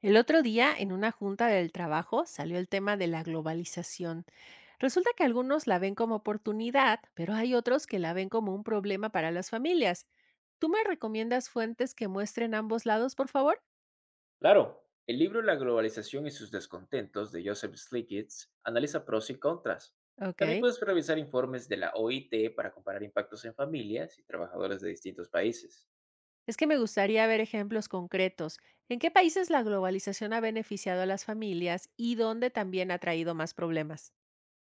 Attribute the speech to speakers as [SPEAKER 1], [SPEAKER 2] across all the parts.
[SPEAKER 1] El otro día, en una junta del trabajo, salió el tema de la globalización. Resulta que algunos la ven como oportunidad, pero hay otros que la ven como un problema para las familias. ¿Tú me recomiendas fuentes que muestren ambos lados, por favor?
[SPEAKER 2] Claro, el libro La globalización y sus descontentos de Joseph Slickitz analiza pros y contras.
[SPEAKER 1] Ok.
[SPEAKER 2] También puedes revisar informes de la OIT para comparar impactos en familias y trabajadores de distintos países.
[SPEAKER 1] Es que me gustaría ver ejemplos concretos. ¿En qué países la globalización ha beneficiado a las familias y dónde también ha traído más problemas?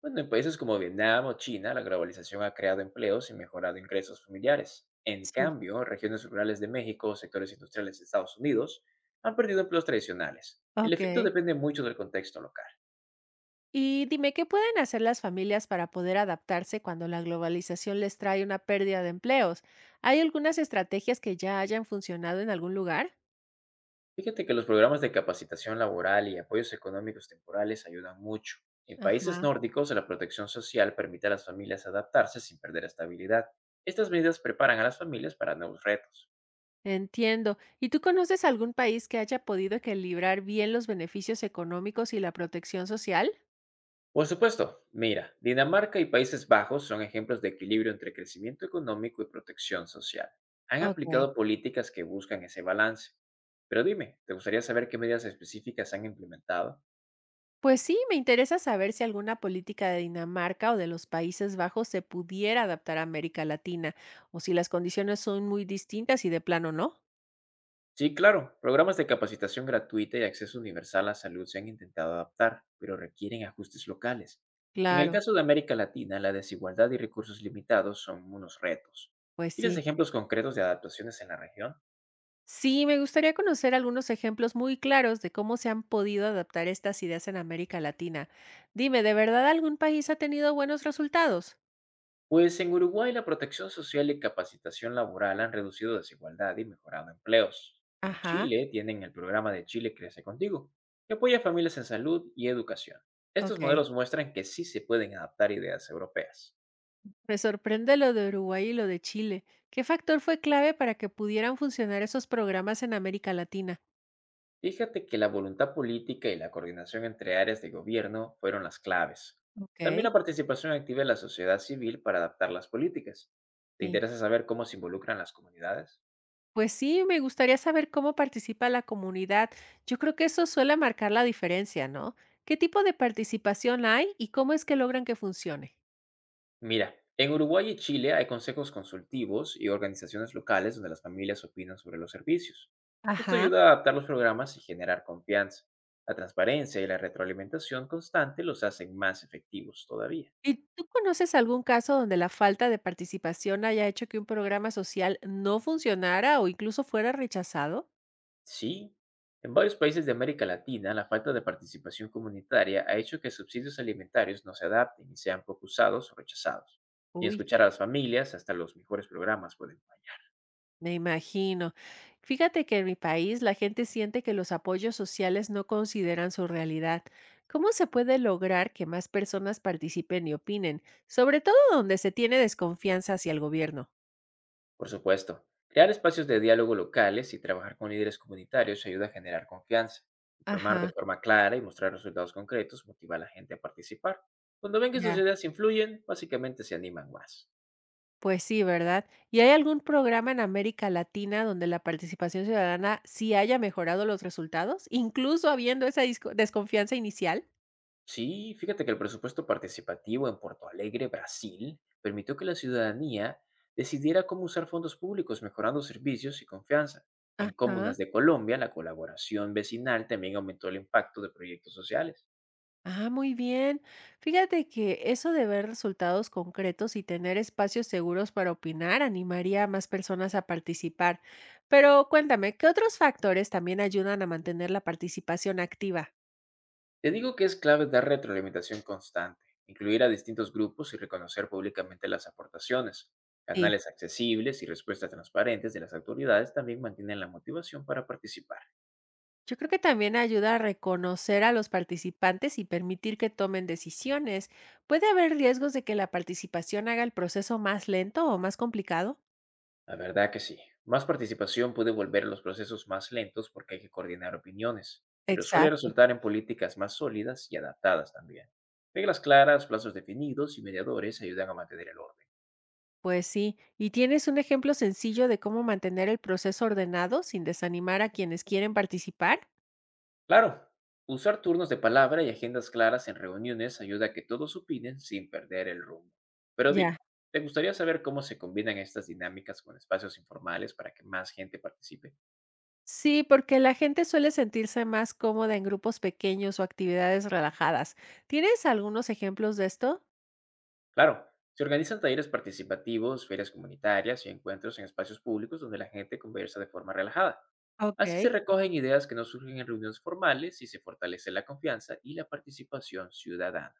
[SPEAKER 2] Bueno, en países como Vietnam o China, la globalización ha creado empleos y mejorado ingresos familiares. En
[SPEAKER 1] Sí.
[SPEAKER 2] cambio, regiones rurales de México o sectores industriales de Estados Unidos han perdido empleos tradicionales. El
[SPEAKER 1] Ok.
[SPEAKER 2] efecto depende mucho del contexto local.
[SPEAKER 1] Y dime, ¿qué pueden hacer las familias para poder adaptarse cuando la globalización les trae una pérdida de empleos? ¿Hay algunas estrategias que ya hayan funcionado en algún lugar?
[SPEAKER 2] Fíjate que los programas de capacitación laboral y apoyos económicos temporales ayudan mucho. En países
[SPEAKER 1] Ajá,
[SPEAKER 2] nórdicos, la protección social permite a las familias adaptarse sin perder estabilidad. Estas medidas preparan a las familias para nuevos retos.
[SPEAKER 1] entiendo. ¿Y tú conoces algún país que haya podido equilibrar bien los beneficios económicos y la protección social?
[SPEAKER 2] Por supuesto, mira, Dinamarca y Países Bajos son ejemplos de equilibrio entre crecimiento económico y protección social. Han
[SPEAKER 1] Ok.
[SPEAKER 2] aplicado políticas que buscan ese balance. Pero dime, ¿te gustaría saber qué medidas específicas han implementado?
[SPEAKER 1] Pues sí, me interesa saber si alguna política de Dinamarca o de los Países Bajos se pudiera adaptar a América Latina, o si las condiciones son muy distintas y de plano no.
[SPEAKER 2] Sí, claro. Programas de capacitación gratuita y acceso universal a salud se han intentado adaptar, pero requieren ajustes locales. En el
[SPEAKER 1] Claro,
[SPEAKER 2] caso de América Latina, la desigualdad y recursos limitados son unos retos.
[SPEAKER 1] pues
[SPEAKER 2] ¿Tienes
[SPEAKER 1] sí.
[SPEAKER 2] ejemplos concretos de adaptaciones en la región?
[SPEAKER 1] Sí, me gustaría conocer algunos ejemplos muy claros de cómo se han podido adaptar estas ideas en América Latina. Dime, ¿de verdad algún país ha tenido buenos resultados?
[SPEAKER 2] Pues en Uruguay la protección social y capacitación laboral han reducido desigualdad y mejorado empleos. En
[SPEAKER 1] Ajá,
[SPEAKER 2] Chile tienen el programa de Chile Crece Contigo, que apoya a familias en salud y educación. Estos
[SPEAKER 1] ok.
[SPEAKER 2] modelos muestran que sí se pueden adaptar ideas europeas.
[SPEAKER 1] Me sorprende lo de Uruguay y lo de Chile. ¿Qué factor fue clave para que pudieran funcionar esos programas en América Latina?
[SPEAKER 2] Fíjate que la voluntad política y la coordinación entre áreas de gobierno fueron las claves. También
[SPEAKER 1] Ok,
[SPEAKER 2] la participación activa de la sociedad civil para adaptar las políticas. ¿Te
[SPEAKER 1] sí.
[SPEAKER 2] interesa saber cómo se involucran las comunidades?
[SPEAKER 1] Pues sí, me gustaría saber cómo participa la comunidad. Yo creo que eso suele marcar la diferencia, ¿no? ¿Qué tipo de participación hay y cómo es que logran que funcione?
[SPEAKER 2] Mira, en Uruguay y Chile hay consejos consultivos y organizaciones locales donde las familias opinan sobre los servicios. Esto
[SPEAKER 1] Ajá.
[SPEAKER 2] ayuda a adaptar los programas y generar confianza. La transparencia y la retroalimentación constante los hacen más efectivos todavía.
[SPEAKER 1] ¿Y tú conoces algún caso donde la falta de participación haya hecho que un programa social no funcionara o incluso fuera rechazado?
[SPEAKER 2] Sí, en varios países de América Latina, la falta de participación comunitaria ha hecho que subsidios alimentarios no se adapten y sean poco usados o rechazados. Sin
[SPEAKER 1] Uy,
[SPEAKER 2] escuchar a las familias, hasta los mejores programas pueden fallar.
[SPEAKER 1] me imagino. Fíjate que en mi país la gente siente que los apoyos sociales no consideran su realidad. ¿Cómo se puede lograr que más personas participen y opinen, sobre todo donde se tiene desconfianza hacia el gobierno?
[SPEAKER 2] Por supuesto, crear espacios de diálogo locales y trabajar con líderes comunitarios ayuda a generar confianza. Informar de
[SPEAKER 1] Ajá,
[SPEAKER 2] forma clara y mostrar resultados concretos motiva a la gente a participar. Cuando ven que sus
[SPEAKER 1] ya.
[SPEAKER 2] ideas influyen, básicamente se animan más.
[SPEAKER 1] Pues sí, ¿verdad? ¿Y hay algún programa en América Latina donde la participación ciudadana sí haya mejorado los resultados, incluso habiendo esa desconfianza inicial?
[SPEAKER 2] Sí, fíjate que el presupuesto participativo en Porto Alegre, Brasil, permitió que la ciudadanía decidiera cómo usar fondos públicos, mejorando servicios y confianza. En
[SPEAKER 1] Ajá.
[SPEAKER 2] comunas de Colombia, la colaboración vecinal también aumentó el impacto de proyectos sociales.
[SPEAKER 1] Ah, muy bien. Fíjate que eso de ver resultados concretos y tener espacios seguros para opinar animaría a más personas a participar. Pero cuéntame, ¿qué otros factores también ayudan a mantener la participación activa?
[SPEAKER 2] Te digo que es clave dar retroalimentación constante, incluir a distintos grupos y reconocer públicamente las aportaciones. Canales accesibles y respuestas transparentes de las autoridades también mantienen la motivación para participar.
[SPEAKER 1] Yo creo que también ayuda a reconocer a los participantes y permitir que tomen decisiones. ¿Puede haber riesgos de que la participación haga el proceso más lento o más complicado?
[SPEAKER 2] La verdad que sí. Más participación puede volver los procesos más lentos porque hay que coordinar opiniones, pero suele
[SPEAKER 1] Exacto.
[SPEAKER 2] resultar en políticas más sólidas y adaptadas también. Reglas claras, plazos definidos y mediadores ayudan a mantener el orden.
[SPEAKER 1] Pues sí. ¿Y tienes un ejemplo sencillo de cómo mantener el proceso ordenado sin desanimar a quienes quieren participar?
[SPEAKER 2] Claro, usar turnos de palabra y agendas claras en reuniones ayuda a que todos opinen sin perder el rumbo. Pero
[SPEAKER 1] Ya.
[SPEAKER 2] dime, ¿te gustaría saber cómo se combinan estas dinámicas con espacios informales para que más gente participe?
[SPEAKER 1] Sí, porque la gente suele sentirse más cómoda en grupos pequeños o actividades relajadas. ¿Tienes algunos ejemplos de esto?
[SPEAKER 2] Claro, se organizan talleres participativos, ferias comunitarias y encuentros en espacios públicos donde la gente conversa de forma relajada. Así se
[SPEAKER 1] Ok.
[SPEAKER 2] recogen ideas que no surgen en reuniones formales y se fortalece la confianza y la participación ciudadana.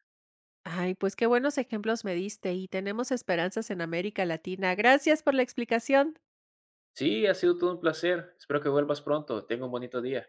[SPEAKER 1] Ay, pues qué buenos ejemplos me diste y tenemos esperanzas en América Latina. Gracias por la explicación.
[SPEAKER 2] Sí, ha sido todo un placer. Espero que vuelvas pronto. Tenga un bonito día.